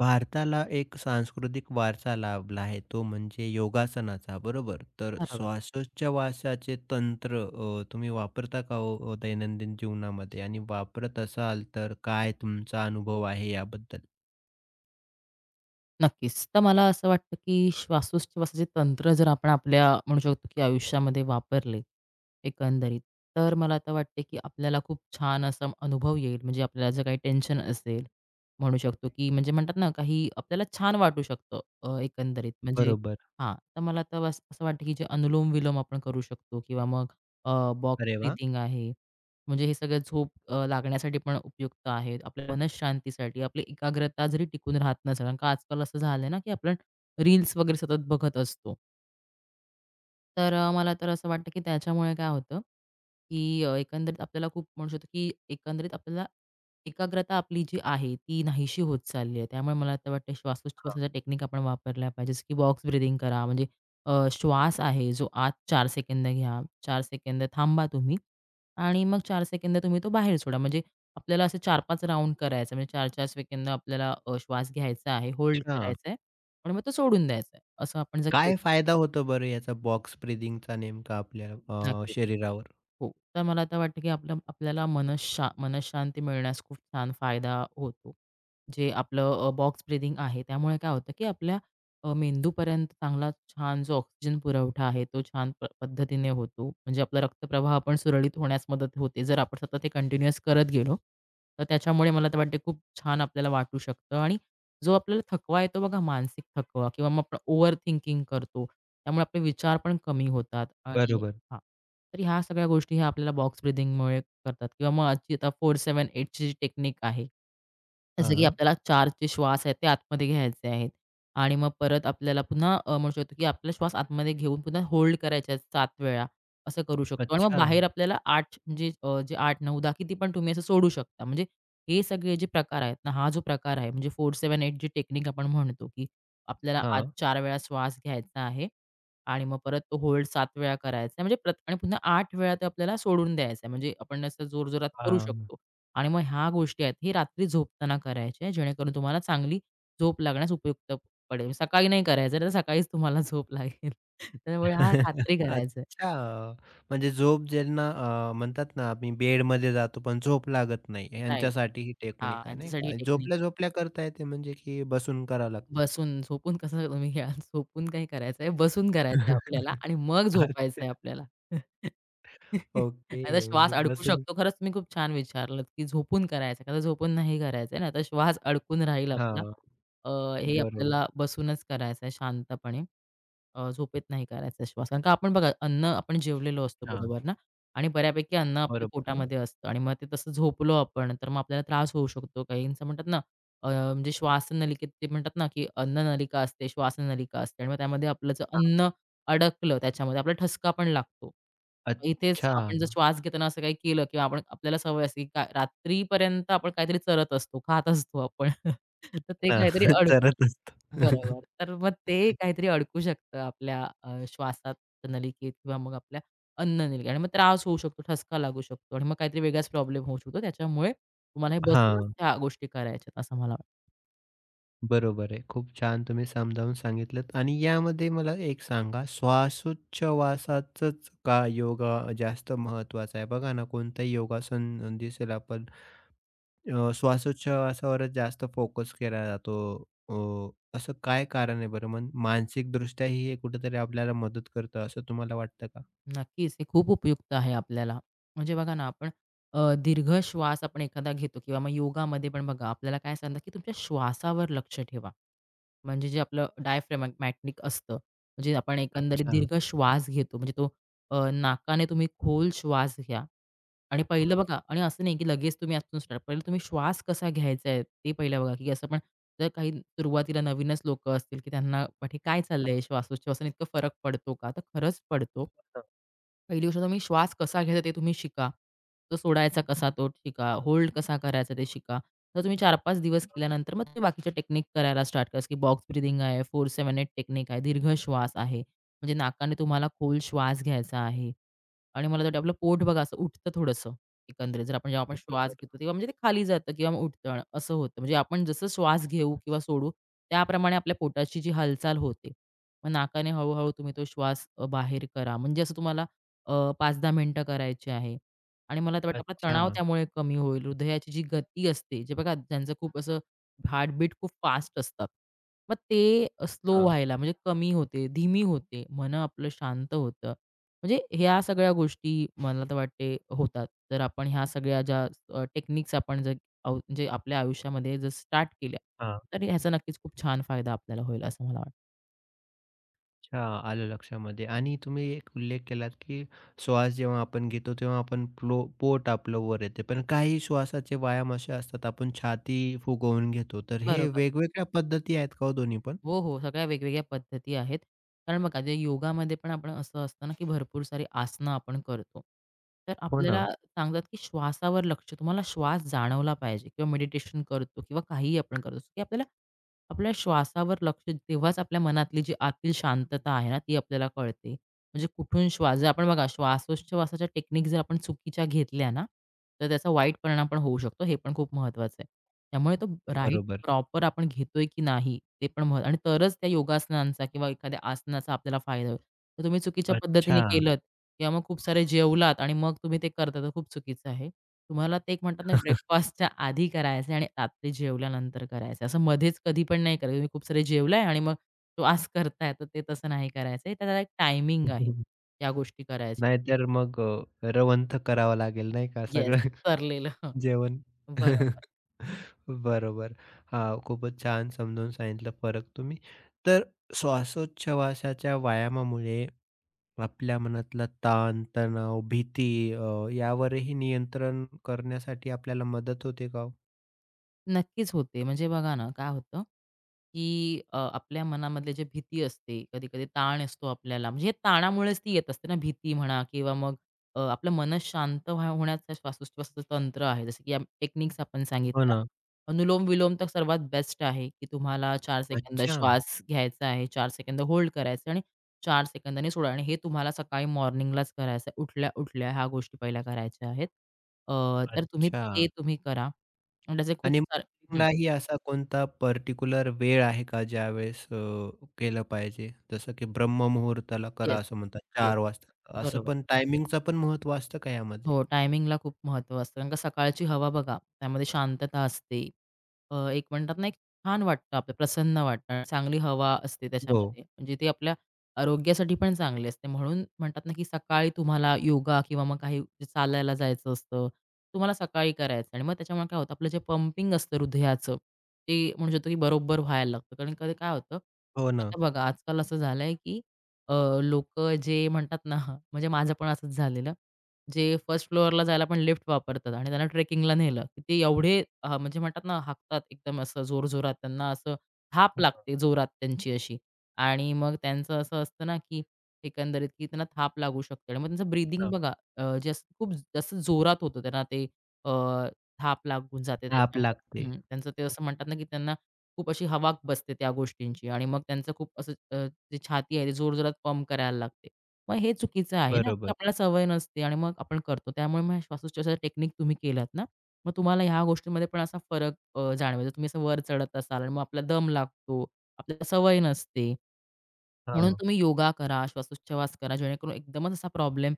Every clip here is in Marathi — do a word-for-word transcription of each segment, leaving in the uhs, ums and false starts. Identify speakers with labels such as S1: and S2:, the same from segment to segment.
S1: भारताला एक सांस्कृतिक वारसा लाभला आहे तो म्हणजे योगासनाचा, बरोबर? तर
S2: बरोबर.
S1: श्वासोच्छवासाचे तंत्र अ, तुम्ही वापरता का हो, अ, दैनंदिन जीवनामध्ये? आणि वापरत असाल तर काय तुमचा अनुभव आहे याबद्दल?
S2: नक्कीच. तर मला असं वाटतं, की श्वासोच्छवासाचे तंत्र जर आपण आपल्या म्हणू शकतो, की आयुष्यामध्ये वापरले एकंदरीत, तर मला आता वाटते, की आपल्याला खूप छान असा अनुभव येईल. म्हणजे आपल्याला जर काही टेन्शन असेल, म्हणू शकतो, की म्हणजे म्हणतात ना, काही आपल्याला छान वाटू शकतं अ, एकंदरीत. म्हणजे
S1: बरोबर.
S2: हां, तर मला तर असं वाटतं, की जे अनुलोम-विलोम आपण करू शकतो किंवा मग बॉक्स
S1: अरे वाह!
S2: ब्रीथिंग आहे. म्हणजे हे सगळं झोप अ, लागण्यासाठी पण उपयुक्त आहेत. आपल्या मनःशांतीसाठी, आपली एकाग्रता जरी टिकून राहत नसेल, कारण का आजकाल असं झालंय ना, की आपण रील्स वगैरे सतत बघत असतो. तर अ, मला तर असं वाटतं की त्याच्यामुळे काय होतं, की अ, एकंदरीत आपल्याला खूप म्हणू शकतो की एकंदरीत आपल्याला एकाग्रता आपली जी आहे ती नाहीशी होत चालली आहे. त्यामुळे मला तर वाटतं श्वासोच्छवासाच्या टेक्निक आपण वापरल्या पाहिजे, जसं की बॉक्स ब्रीथिंग करा. म्हणजे अ, श्वास आहे जो आत चार सेकंद घ्या, चार सेकंद थांबा तुम्ही आणि मग चार सेकंद तुम्ही तो बाहेर सोडा. म्हणजे आपल्याला असे चार पाच राउंड करायचं आहे. म्हणजे चार चार सेकंद आपल्याला अ, श्वास घ्यायचा आहे, होल्ड
S1: अच्छा.
S2: करायचा आहे आणि मग तो सोडून द्यायचा आहे. असं आपण जर केलं
S1: काय फायदा होतो बरं याचा बॉक्स ब्रीथिंगचा नेमका आपल्या अ,
S2: नक्कीच.
S1: शरीरावर?
S2: हो. तर मला आता वाटतं, की आपलं आपल्याला मनशा मनःशांती मिळण्यास खूप छान फायदा होतो. जे आपलं बॉक्स ब्रीथिंग आहे, त्यामुळे काय होतं, की आपल्या अ, मेंदूपर्यंत चांगला छान जो ऑक्सिजन पुरवठा आहे, तो छान प पद्धतीने होतो. म्हणजे आपला रक्तप्रवाह पण सुरळीत होण्यास मदत होते. जर आपण सतत ते कंटिन्युअस करत गेलो, तर त्याच्यामुळे मला तर वाटते खूप छान आपल्याला वाटू शकतं आणि जो आपल्याला थकवा येतो बघा, मानसिक थकवा किंवा मग आपण ओव्हर थिंकिंग करतो, त्यामुळे आपले विचार पण कमी होतात आणि
S1: बरोबर.
S2: हां. तर ह्या सगळ्या गोष्टी ह्या आपल्याला बॉक्स ब्रीथिंगमुळे करतात किंवा मग आजची आता चार सात-8ची जी टेक्निक आहे, जसं की
S1: हां.
S2: आपल्याला चार जे श्वास आहेत ते आतमध्ये घ्यायचे आहेत आणि मग परत आपल्याला पुन्हा अ, म्हणू शकतो की आपला श्वास आतमध्ये घेऊन पुन्हा होल्ड करायचे आहेत सात वेळा, असं करू शकतो आणि मग
S1: अच्छा.
S2: बाहेर आपल्याला आठ म्हणजे अ, जे आठ, नऊ, दहा किती पण तुम्ही असं सोडू शकता. म्हणजे हे सगळे जे प्रकार आहेत ना, हा जो प्रकार आहे म्हणजे चार, सात, आठ जी टेक्निक आपण म्हणतो की आपल्याला आत
S1: हां.
S2: चार वेळा श्वास घ्यायचा आहे आणि मग परत तो होल्ड सात वेळा करायचा आहे. म्हणजे प्रत आणि पुन्हा आठ वेळा ते आपल्याला सोडून द्यायचं आहे. म्हणजे आपण असं जोरजोरात करू
S1: हां.
S2: शकतो. आणि मग ह्या गोष्टी आहेत, हे रात्री झोपताना करायच्या आहे, जेणेकरून तुम्हाला चांगली झोप लागण्यास उपयुक्त पडेल. सकाळी नाही करायचं तर सकाळीच तुम्हाला झोप लागेल. त्यामुळे हा रात्री करायचं आहे.
S1: अच्छा. म्हणजे झोप ज्यांना अ, म्हणतात ना, आम्ही बेडमध्ये जातो पण झोप लागत नाही,
S2: राइट.
S1: यांच्यासाठी ही टेक्निक आहे, नाही
S2: यांच्यासाठी ही
S1: का?
S2: टेक्निक आहे.
S1: झोपल्या-झोपल्या करता येते म्हणजे की बसून करावं लागते?
S2: बसून, झोपून कसं तुम्ही घ्या, झोपून काही करायचं आहे, बसून करायचं आहे आपल्याला आणि मग झोपायचं आहे
S1: अच्छा.
S2: आपल्याला. नाहीतर
S1: ओके.
S2: श्वास
S1: म्हणजे
S2: अडकू
S1: बसून
S2: शकतो. खरंच तुम्ही खूप छान विचारलत, की झोपून करायचं का? तर झोपून नाही करायचं आहे. नाहीतर श्वास अडकून राहील आपला.
S1: हां.
S2: अ, हे
S1: बरोबर.
S2: आपल्याला बसूनच करायचं आहे शांतपणे. अ, झोपेत नाही करायचा श्वास. कारण का आपण बघा अन्न आपण जेवलेलो असतो
S1: हां.
S2: बरोबर ना आणि बऱ्यापैकी अन्न आपल्या
S1: बरोबर ना?
S2: पोटामध्ये असतं आणि मग ते तसं झोपलो आपण, तर मग आपल्याला त्रास होऊ शकतो. काहींचं म्हणतात ना अ, म्हणजे श्वासनलिकेत ते म्हणतात ना, की अन्ननलिका असते, श्वासनलिका असते आणि मग त्यामध्ये आपलं जर
S1: हां.
S2: अन्न अडकलं त्याच्यामध्ये आपला ठसका पण लागतो. इथेच
S1: अच्छा.
S2: आपण जर
S1: हां.
S2: श्वास घेताना असं काही केलं किंवा आपण आपल्याला सवय असते, की का- रात्रीपर्यंत आपण काहीतरी चरत असतो, खात असतो आपण. तर ते काहीतरी अडकून
S1: चरत असतो.
S2: बरोबर. तर मग ते काहीतरी अडकू शकतं आपल्या अ, श्वासात, नलिकेत किंवा मग आपल्या अन्ननलिकेत आणि मग त्रास होऊ शकतो, ठसका लागू शकतो आणि मग काहीतरी वेगळाच प्रॉब्लेम होऊ शकतो. त्याच्यामुळे तुम्हाला हे बसूनच
S1: हां.
S2: ह्या गोष्टी करायच्यात असं मला वाटतं.
S1: बरोबर आहे. खूप छान तुम्ही समजावून सांगितलत आणि यामध्ये मला एक सांगा, श्वासोच्छवासाचंच का योगा जास्त महत्वाचा आहे? बघा ना, कोणतंही योगासन दिसेल आपण अ, श्वासोच्छवासावरच जास्त फोकस केला जातो. अ, असं काय कारण आहे बरं? मन मानसिक मानसिकदृष्ट्याही हे कुठेतरी आपल्याला मदत करतं असं तुम्हाला वाटतं का?
S2: नक्कीच, हे खूप उपयुक्त आहे आपल्याला. म्हणजे बघा ना, आपण अ, दीर्घ श्वास आपण एखादा घेतो किंवा मग योगामध्ये पण बघा आपल्याला काय सांगतात, की तुमच्या श्वासावर लक्ष ठेवा. म्हणजे जे आपलं डायफ्रॅगमॅटिक असतं, म्हणजे आपण एकंदरीत
S1: अच्छा.
S2: दीर्घ श्वास घेतो. म्हणजे तो अ, नाकाने तुम्ही खोल श्वास घ्या आणि
S1: हो
S2: पहिलं
S1: ना.
S2: बघा आणि असं नाही, की लगेच तुम्ही आतून स्टार्ट पहिलं तुम्ही श्वास कसा घ्यायचा आहे, ते पहिलं बघा, की असं पण जर काही सुरुवातीला नवीनच लोकं असतील, की त्यांना वाटेल काय चाललंय श्वासोच्छवासाने इतका फरक पडतो का? तर खरंच पडतो.
S1: हां,
S2: पहिली गोष्ट तुम्ही श्वास कसा घ्यायचा ते तुम्ही शिका. तो सोडायचा कसा तो शिका. होल्ड कसा करायचा ते शिका. तर तुम्ही चार पाच दिवस केल्यानंतर मग तुम्ही बाकीच्या टेक्निक करायला स्टार्ट करा, की बॉक्स ब्रीथिंग आहे, चार सात-आठ टेक्निक आहे, दीर्घ श्वास आहे. म्हणजे नाकाने तुम्हाला खोल श्वास घ्यायचा आहे. आणि मला तर वाटतं आपलं पोट बघा असं उठतं थोडंसं एकंदरीत. जर आपण जेव्हा आपण श्वास
S1: बरोबर.
S2: घेतो तेव्हा म्हणजे ते खाली जातं किंवा मग उठतं आणि असं होतं. म्हणजे आपण जसं श्वास घेऊ किंवा सोडू त्याप्रमाणे आपल्या पोटाची जी हालचाल होते. मग नाकाने हळू-हळू तुम्ही तो श्वास अ, बाहेर करा. म्हणजे असं तुम्हाला अ, पाच दहा मिनिटं करायची आहे. आणि मला तर वाटतं आपला
S1: अच्छा.
S2: तणाव त्यामुळे कमी होईल. हृदयाची जी गती असते, जे बघा ज्यांचं खूप असं हार्टबीट खूप फास्ट असतात. मग ते स्लो
S1: हां.
S2: व्हायला म्हणजे कमी होते, धीमी होते. मन आपलं शांत होतं म्हणजे ह्या सगळ्या गोष्टी मला तर वाटते होतात. तर आपण ह्या सगळ्या ज्या अ, टेक्निक्स आपण जर आव म्हणजे आपल्या आयुष्यामध्ये जर स्टार्ट केल्या, तर ह्याचा नक्कीच खूप छान फायदा आपल्याला होईल असं मला वाटतं.
S1: अच्छा, आलं लक्षामध्ये आणि तुम्ही एक उल्लेख केलात, की श्वास जेव्हा आपण घेतो तेव्हा आपण प्लो पोट आपलं वर येते. पण काही श्वासाचे व्यायाम असे असतात आपण छाती फुगवून घेतो. तर हे
S2: बरोबर.
S1: वेगवेगळ्या पद्धती आहेत का हो दोन्ही पण?
S2: हो, हो. सगळ्या वेगवेगळ्या पद्धती आहेत. कारण बघा जे योगामध्ये पण आपण असं असतं ना, की भरपूर सारी आसनं आपण करतो. तर
S1: हो ना.
S2: आपल्याला सांगतात, की श्वासावर लक्ष तुम्हाला श्वास जाणवला पाहिजे किंवा मेडिटेशन करतो किंवा काहीही आपण करतो, की आपल्याला आपल्या श्वासावर लक्ष तेव्हाच आपल्या मनातली जी आतील शांतता आहे ना, ती आपल्याला कळते. म्हणजे कुठून श्वास जर आपण बघा श्वासोच्छवासाच्या टेक्निक जर आपण चुकीच्या घेतल्या ना, तर त्याचा वाईट परिणाम पण होऊ शकतो. हे पण खूप महत्त्वाचं आहे. त्यामुळे तो राईट
S1: बरोबर.
S2: प्रॉपर आपण घेतोय की नाही ते पण महत्व आणि तरच त्या योगासनांचा किंवा एखाद्या आसनाचा आपल्याला फायदा होईल. तर तुम्ही चुकीच्या
S1: अच्छा.
S2: पद्धतीने केलत किंवा मग खूप सारे जेवलात आणि मग तुम्ही ते करता तर खूप चुकीचं आहे. तुम्हाला ते एक म्हणतात ना ब्रेकफास्टच्या आधी करायचं आणि रात्री जेवल्यानंतर करायचं. असं मध्येच कधी पण नाही करायचं. तुम्ही खूप सारे जेवलाय आणि मग श्वास करताय तर ते तसं नाही करायचंय. त्याला एक टायमिंग आहे. या गोष्टी करायच्या.
S1: नाहीतर मग अ, रवंथ करावं लागेल नाही का
S2: येस,
S1: सगळं
S2: ठरलेलं.
S1: जेवण.
S2: बरोबर.
S1: बरोबर. हां, खूपच छान समजावून सांगितलं फरक तुम्ही. तर श्वासोच्छवासाच्या व्यायामामुळे आपल्या मनातला ताण, तणाव, भीती, अ, यावरही नियंत्रण करण्यासाठी आपल्याला मदत होते का हो?
S2: नक्कीच होते. म्हणजे बघा ना, काय होतं, की अ, आपल्या मनामधले जे भीती असते, कधी-कधी ताण असतो आपल्याला, म्हणजे हे ताणामुळेच ती येत असते ना, भीती म्हणा किंवा मग अ, आपलं मन शांत व्हा होण्याचं श्वासोच्छवासाचं तंत्र आहे. जसं की टेक्निक्स आपण
S1: हो
S2: सांगितल्या.
S1: ना.
S2: अनुलोम-विलोम तर सर्वात बेस्ट आहे, की तुम्हाला चार सेकंद
S1: अच्छा,
S2: श्वास घ्यायचा आहे, चार सेकंद होल्ड करायचं आणि चार सेकंदांनी सोडा आणि हे तुम्हाला सकाळी मॉर्निंगलाच करायचं आहे. उठल्या-उठल्या ह्या गोष्टी पहिल्या करायच्या आहेत. अ, तर तुम्ही
S1: अच्छा.
S2: ते तुम्ही करा. आणि त्याचे खूप
S1: आणि
S2: सारे हं,
S1: मॉर्निंगलाही असा कोणता पर्टिक्युलर वेळ आहे का ज्यावेळेस, अ, केलं पाहिजे? जसं की ब्रह्ममुहूर्ताला करा
S2: येस,
S1: असं म्हणतात
S2: येस.
S1: चार वाजता. असं
S2: बरोबर.
S1: पण टायमिंगचं पण महत्त्व असतं का यामध्ये?
S2: हो, टायमिंगला खूप महत्त्व असतं. कारण का सकाळची हवा बघा, त्यामध्ये शांतता असते. अ, एक म्हणतात ना, एक छान वाटतं आपलं, प्रसन्न वाटतं. चांगली हवा असते
S1: हो.
S2: त्याच्यामध्ये. म्हणजे ते आपल्या आरोग्यासाठी पण चांगली असते. म्हणून म्हणतात ना, की सकाळी तुम्हाला योगा किंवा मग काही जे चालायला जायचं असतं, तुम्हाला सकाळी करायचं आणि मग त्याच्यामुळे काय होतं, आपलं जे पंपिंग असतं हृदयाचं, ते म्हणू शकतो, की बरोबर व्हायला लागतं. कारण कधी काय होतं,
S1: हो ना.
S2: आता बघा आजकाल असं झालंय, की अ, जे म्हणतात ना म्हणजे माझं पण असंच झालेलं, जे फर्स्ट फ्लोअरला जायला पण लिफ्ट वापरतात आणि त्यांना ट्रेकिंगला नेलं, की ते एवढे अ, म्हणजे म्हणतात ना, हाकतात एकदम असं जोरजोरात. त्यांना असं थाप
S1: हां,
S2: लागते जोरात त्यांची अशी आणि मग त्यांचं असं असतं ना, की एकंदरीत की त्यांना थाप लागू शकते आणि मग त्यांचं ब्रीथिंग
S1: हां.
S2: बघा अ, जे असं खूप जास्त जोरात होतं त्यांना ते अ, थाप लागून जाते
S1: धाप
S2: त्याच्यामुळे.
S1: लागते.
S2: हं, त्यांचं ते असं म्हणतात ना, की त्यांना खूप अशी हवा बसते त्या गोष्टींची आणि मग त्यांचं खूप असं अ, जे छाती आहे ते जोरजोरात पंप करायला लागते. मग हे चुकीचं आहे ना, की
S1: बरोबर.
S2: आपल्याला सवय नसते आणि मग आपण करतो. त्यामुळे मग श्वासोच्छ्वासाच्या टेक्निक तुम्ही केल्यात ना, मग तुम्हाला ह्या गोष्टींमध्ये पण असा फरक अ, जाणवायचा. तुम्ही असं वर चढत असाल आणि मग आपला दम लागतो, आपल्याला सवय नसते. म्हणून
S1: हां.
S2: तुम्ही योगा करा, श्वासोच्छवास करा, जेणेकरून एकदमच असा प्रॉब्लेम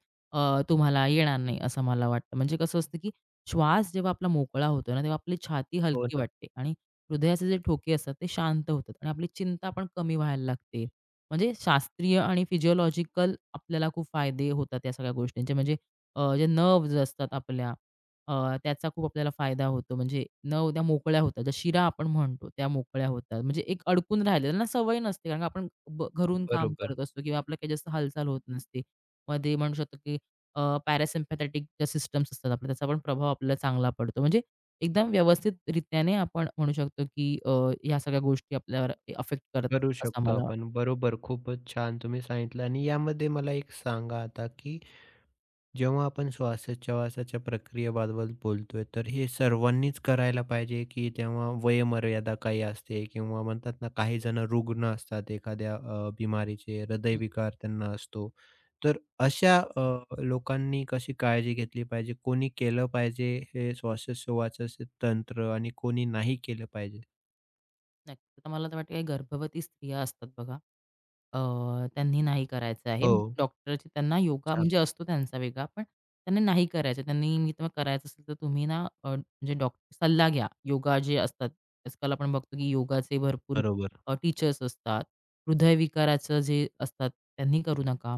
S2: तुम्हाला येणार नाही, असं मला वाटतं. म्हणजे कसं असतं, की श्वास जेव्हा आपला मोकळा होतो ना, तेव्हा आपली छाती
S1: हो
S2: हलकी
S1: ना.
S2: वाटते आणि हृदयाचे जे ठोके असतात ते शांत होतात आणि आपली चिंता पण कमी व्हायला लागते. म्हणजे शास्त्रीय आणि फिजिओलॉजिकल आपल्याला खूप फायदे होतात या सगळ्या गोष्टींचे. म्हणजे अ, जे नर्व्हज असतात आपल्या अ, त्याचा खूप आपल्याला फायदा होतो. म्हणजे न त्या मोकळ्या होतात. ज्या शिरा आपण म्हणतो त्या मोकळ्या होतात. म्हणजे एक अडकून राहिलेलं त्यांना सवय नसते. कारण का आपण ब घरून काम
S1: बरोबर.
S2: करत असतो किंवा आपलं काही जास्त हालचाल होत नसते. मग म्हणू शकतो की अ, ज्या सिस्टम्स असतात आपल्या त्याचा पण प्रभाव आपल्याला चांगला पडतो. म्हणजे एकदम व्यवस्थितरित्याने आपण म्हणू शकतो की अ, ह्या सगळ्या गोष्टी आपल्यावर अफेक्ट करत
S1: करू
S2: असं
S1: शकतो
S2: मला वाटतं.
S1: आपण. बरोबर, खूपच छान तुम्ही सांगितलं आणि यामध्ये मला एक सांगा आता, की जेव्हा आपण श्वासोच्छवासाच्या प्रक्रियेबद्दल बोलतोय, तर हे सर्वांनीच करायला पाहिजे, की तेव्हा वयोमर्यादा काही असते किंवा म्हणतात ना, काही जण रुग्ण असतात एखाद्या अ, बिमारीचे,
S2: हं,
S1: हृदयविकार त्यांना असतो. तर अशा अ, लोकांनी कशी काळजी घेतली पाहिजे? कोणी केलं पाहिजे हे श्वासोच्छवासाचे तंत्र आणि कोणी नाही केलं पाहिजे?
S2: नक्की. तर मला तर वाटतं काही गर्भवती स्त्रिया असतात बघा अ, त्यांनी नाही करायचं आहे.
S1: हो.
S2: म्हणजे डॉक्टरची त्यांना योगा
S1: अच्छा.
S2: म्हणजे असतो त्यांचा वेगळा, पण त्यांनी नाही करायचं. त्यांनी मी तर करायचं असेल तर तुम्ही ना अ, म्हणजे डॉक्टर सल्ला घ्या. योगा जे असतात, आजकाल आपण बघतो की योगाचे भरपूर
S1: बरोबर.
S2: टीचर्स असतात. हृदयविकाराचं जे असतात त्यांनी करू नका.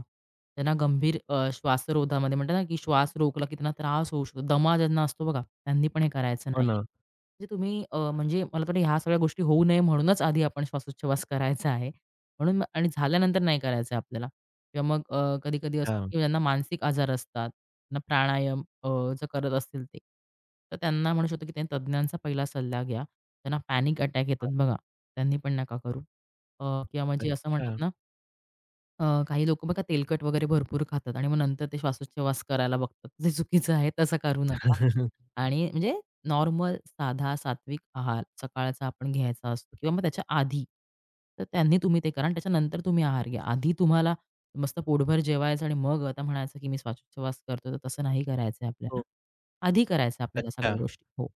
S2: त्यांना गंभीर अ, श्वासरोधामध्ये म्हणतात ना की श्वास रोखला की त्यांना त्रास होऊ शकतो. दमा ज्यांना असतो बघा, त्यांनी पण हे करायचं
S1: हो
S2: नाहीये.
S1: ना.
S2: म्हणजे तुम्ही अ, म्हणजे मला तर ह्या सगळ्या गोष्टी होऊ नये म्हणूनच आधी आपण श्वासोच्छवास करायचा आहे. म्हणून मग आणि झाल्यानंतर नाही करायचं आहे आपल्याला किंवा मग अ, कधी-कधी असतं की ज्यांना मानसिक आजार असतात, त्यांना प्राणायाम अ, जर करत असतील ते, तर त्यांना म्हणू शकतो की त्यांनी तज्ञांचा पहिला सल्ला घ्या. त्यांना पॅनिक अटॅक येतात बघा, त्यांनी पण नका करू. अ, किंवा म्हणजे असं
S1: अच्छा.
S2: म्हणतात ना, अ, काही लोकं बघा तेलकट वगैरे भरपूर खातात आणि मग नंतर ते श्वासोच्छवास करायला बघतात. जे चुकीचं आहे तसं करू नका. आणि म्हणजे नॉर्मल, साधा, सात्विक आहार सकाळचा आपण घ्यायचा असतो किंवा मग त्याच्या आधी. तर त्यांनी तुम्ही ते करा आणि त्याच्यानंतर तुम्ही आहार घ्या. आधी तुम्हाला मस्त पोटभर जेवायचं आणि मग आता म्हणायचं, की मी श्वासोच्छवास करतो, तर तसं नाही करायचंय आपल्याला.
S1: हो.
S2: आधी करायचं आपल्याला सगळ्या
S1: अच्छा.
S2: गोष्टी. हो.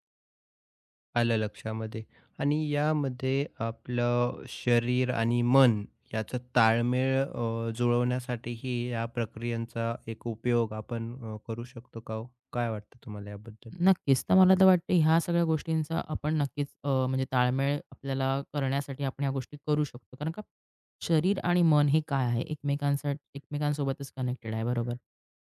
S1: आलं लक्षामध्ये आणि यामध्ये आपलं शरीर आणि मन याचा ताळमेळ अ, जुळवण्यासाठीही या प्रक्रियांचा एक उपयोग आपण अ, करू शकतो का हो? काय वाटतं तुम्हाला याबद्दल?
S2: नक्कीच. तर मला तर वाटतं ह्या सगळ्या गोष्टींचा आपण नक्कीच अ, म्हणजे ताळमेळ आपल्याला करण्यासाठी आपण ह्या गोष्टी करू शकतो. कारण का शरीर आणि मन हे काय आहे? एकमेकांसा एकमेकांसोबतच कनेक्टेड आहे, बरोबर?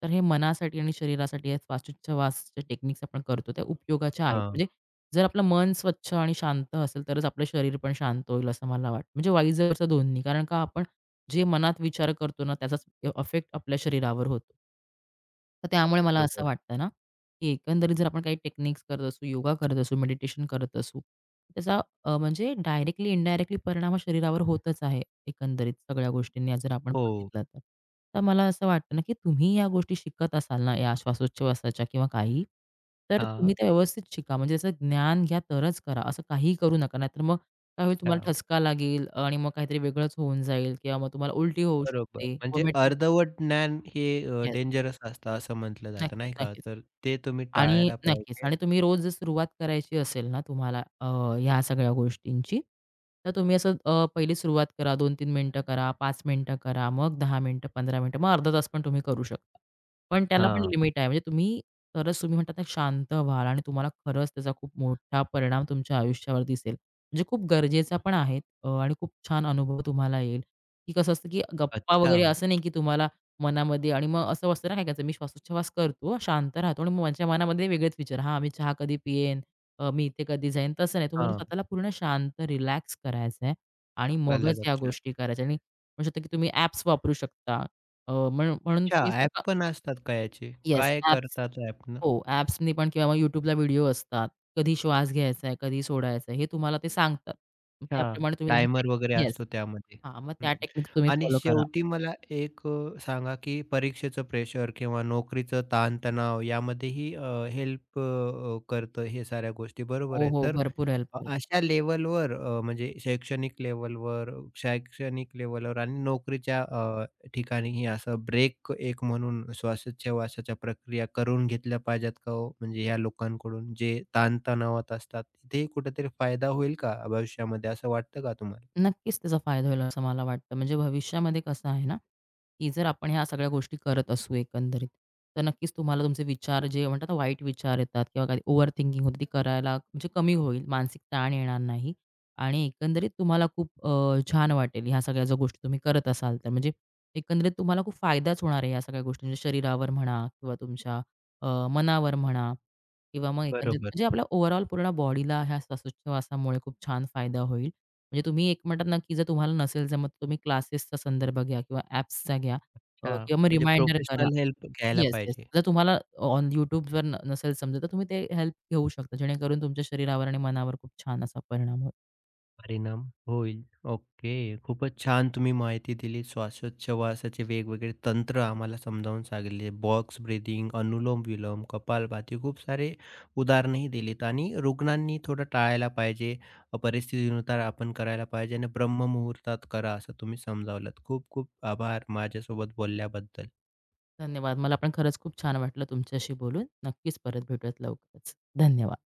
S2: तर हे मनासाठी आणि शरीरासाठी या श्वासोच्छवासच्या टेक्निक्स आपण करतो, त्या उपयोगाच्या आहेत.
S1: हां.
S2: म्हणजे जर आपलं मन स्वच्छ आणि शांत असेल, तरच आपलं शरीर पण शांत होईल असं मला वाटतं. म्हणजे वाईज दोन्ही. कारण का आपण जे मनात विचार करतो ना, त्याचाच अ, आपल्या शरीरावर होतो. तर त्यामुळे मला
S1: बरोबर.
S2: असं वाटतं ना, की एकंदरीत जर आपण काही टेक्निक्स करत असू, योगा करत असू, मेडिटेशन करत असू, त्याचा अ, म्हणजे डायरेक्टली, इनडायरेक्टली परिणाम हा शरीरावर होतच आहे एकंदरीत सगळ्या गोष्टींनी जर आपण
S1: हो.
S2: बघितलं तर. तर मला असं वाटतं ना, की तुम्ही या गोष्टी शिकत असाल ना, या श्वासोच्छवासाच्या किंवा काही, तर
S1: हां.
S2: तुम्ही त्या व्यवस्थित शिका. म्हणजे त्याचं ज्ञान घ्या तरच करा. असं काहीही करू नका. नाहीतर मग काय होईल तुम्हाला
S1: हां.
S2: ठसका लागेल आणि मग काहीतरी वेगळंच होऊन जाईल किंवा मग तुम्हाला उलटी होऊ
S1: बरोबर.
S2: शकते,
S1: म्हणजे
S2: व्हॉमिटिंग.
S1: अर्धवट ज्ञान हे डेंजरस असतं असं म्हटलं जातं
S2: नक्कीच,
S1: नाही का?
S2: नक्कीच.
S1: तर ते तुम्ही
S2: आणि
S1: टाळायला
S2: नक्कीच
S1: पाहिजे.
S2: आणि तुम्ही रोज जर सुरुवात करायची असेल ना तुम्हाला अ, ह्या सगळ्या गोष्टींची, तर तुम्ही असं अ, पहिली सुरुवात करा, दोन ते तीन मिनिटं करा, पाच मिनिटं करा, मग दहा मिनिटं, पंधरा मिनिटं, मग अर्धा तास पण तुम्ही करू शकता. पण त्याला पण
S1: हां.
S2: लिमिट आहे. म्हणजे तुम्ही खरंच तुम्ही म्हणतात ना शांत व्हाल आणि तुम्हाला खरंच त्याचा खूप मोठा परिणाम तुमच्या आयुष्यावर दिसेल. म्हणजे खूप गरजेचा पण आहे अ, आणि खूप छान अनुभव तुम्हाला येईल, की कसं असतं की गप्पा
S1: अच्छा.
S2: वगैरे असं नाही की तुम्हाला मनामध्ये आणि मग असं असतं ना, काय करायचं मी श्वासोच्छवास करतो, शांत राहतो आणि मग माझ्या मनामध्ये वेगळेच विचार, हां, मी चहा कधी पिईन, अ, मी इथे कधी जाईन, तसं नाही. तुम्हाला
S1: हां.
S2: स्वतःला पूर्ण शांत रिलॅक्स करायचं आहे आणि
S1: आलं
S2: मगच या
S1: लक्षात.
S2: गोष्टी करायच्या आणि म्हणू शकता, की तुम्ही ॲप्स वापरू शकता. अ, म्हणून म्हणून
S1: अच्छा,
S2: तुम्ही
S1: ॲप
S2: जर
S1: पण असतात का याचे?
S2: येस,
S1: काय
S2: ॲप्स
S1: करतात ॲपनं?
S2: हो, ॲप्सनी पण किंवा मग YouTubeला व्हिडिओ असतात. कधी श्वास घ्यायचा आहे, कधी सोडायचा आहे, हे तुम्हाला ते सांगतात. मग
S1: अच्छा,
S2: त्याप्रमाणे तुम्ही
S1: टायमर वगैरे
S2: येस,
S1: असतो त्यामध्ये.
S2: हां, मग
S1: हं.
S2: त्या टेक्निक तुम्ही
S1: आणि
S2: फॉलो करा.
S1: शेवटी मला एक अ, सांगा, की परीक्षेचं प्रेशर किंवा नोकरीचं ताणतणाव यामध्येही अ, हेल्प अ, करतं हे साऱ्या गोष्टी बरोबर
S2: हो,
S1: आहे.
S2: हो,
S1: तर
S2: भरपूर
S1: अ,
S2: हेल्प.
S1: अशा लेव्हलवर, अ, म्हणजे शैक्षणिक लेव्हलवर, शैक्षणिक लेव्हलवर आणि नोकरीच्या अ, ठिकाणी हे असं ब्रेक एक म्हणून श्वासोच्छवासाच्या प्रक्रिया करून घेतल्या पाहिजेत का हो? म्हणजे ह्या लोकांकडून जे ताणतणावात असतात, तिथेही कुठेतरी फायदा होईल का भविष्यामध्ये असं वाटतं का तुम्हाला?
S2: नक्कीच त्याचा फायदा होईल असं मला वाटतं. म्हणजे भविष्यामध्ये कसं आहे ना, की जर आपण ह्या सगळ्या गोष्टी करत असू एकंदरीत, तर नक्कीच तुम्हाला तुमचे विचार जे म्हणतात ना वाईट विचार येतात किंवा काही ओव्हर थिंकिंग होते ती करायला म्हणजे कमी होईल, मानसिक ताण येणार नाही आणि एकंदरीत तुम्हाला खूप अ, छान वाटेल ह्या सगळ्या ज्या गोष्टी तुम्ही करत असाल तर. म्हणजे एकंदरीत तुम्हाला खूप फायदाच होणार आहे या सगळ्या गोष्टी म्हणजे शरीरावर म्हणा किंवा तुमच्या अ, मनावर म्हणा किंवा मग एकंदरीत
S1: बरोबर.
S2: म्हणजे आपल्या ओव्हरऑल पूर्ण बॉडीला ह्या श्वासोच्छवासामुळे खूप छान फायदा होईल. म्हणजे तुम्ही एक म्हणतात ना, की जर तुम्हाला नसेल जमत तुम्ही क्लासेसचा संदर्भ घ्या किंवा ॲप्सचा घ्या अ,
S1: हां.
S2: किंवा मग
S1: म्हणजे
S2: रिमाइंडर करा.
S1: प्रोफेशनल हेल्प घ्यायला
S2: येस, येस.
S1: पाहिजे.
S2: जर तुम्हाला ऑन YouTubeवर न नसेल समजत, तर तुम्ही ते हेल्प घेऊ शकता. जेणेकरून तुमच्या शरीरावर आणि मनावर खूप छान असा परिणाम होईल.
S1: परिणाम होईल. ओके. खूपच छान तुम्ही माहिती दिली. श्वासोच्छवासाचे वेगवेगळे तंत्र आम्हाला समजावून सांगितले. बॉक्स ब्रीथिंग, अनुलोम-विलोम, कपालभाती खूप सारे उदाहरणंही दिलीत आणि रुग्णांनी थोडं टाळायला पाहिजे. अ, परिस्थितीनुसार आपण करायला पाहिजे आणि ब्रह्ममुहूर्तात करा असं तुम्ही समजावलंत. खूप खूप आभार माझ्यासोबत बोलल्याबद्दल.
S2: धन्यवाद. मला पण खरंच खूप छान वाटलं तुमच्याशी बोलून. नक्कीच परत भेटूयात लवकरच. धन्यवाद.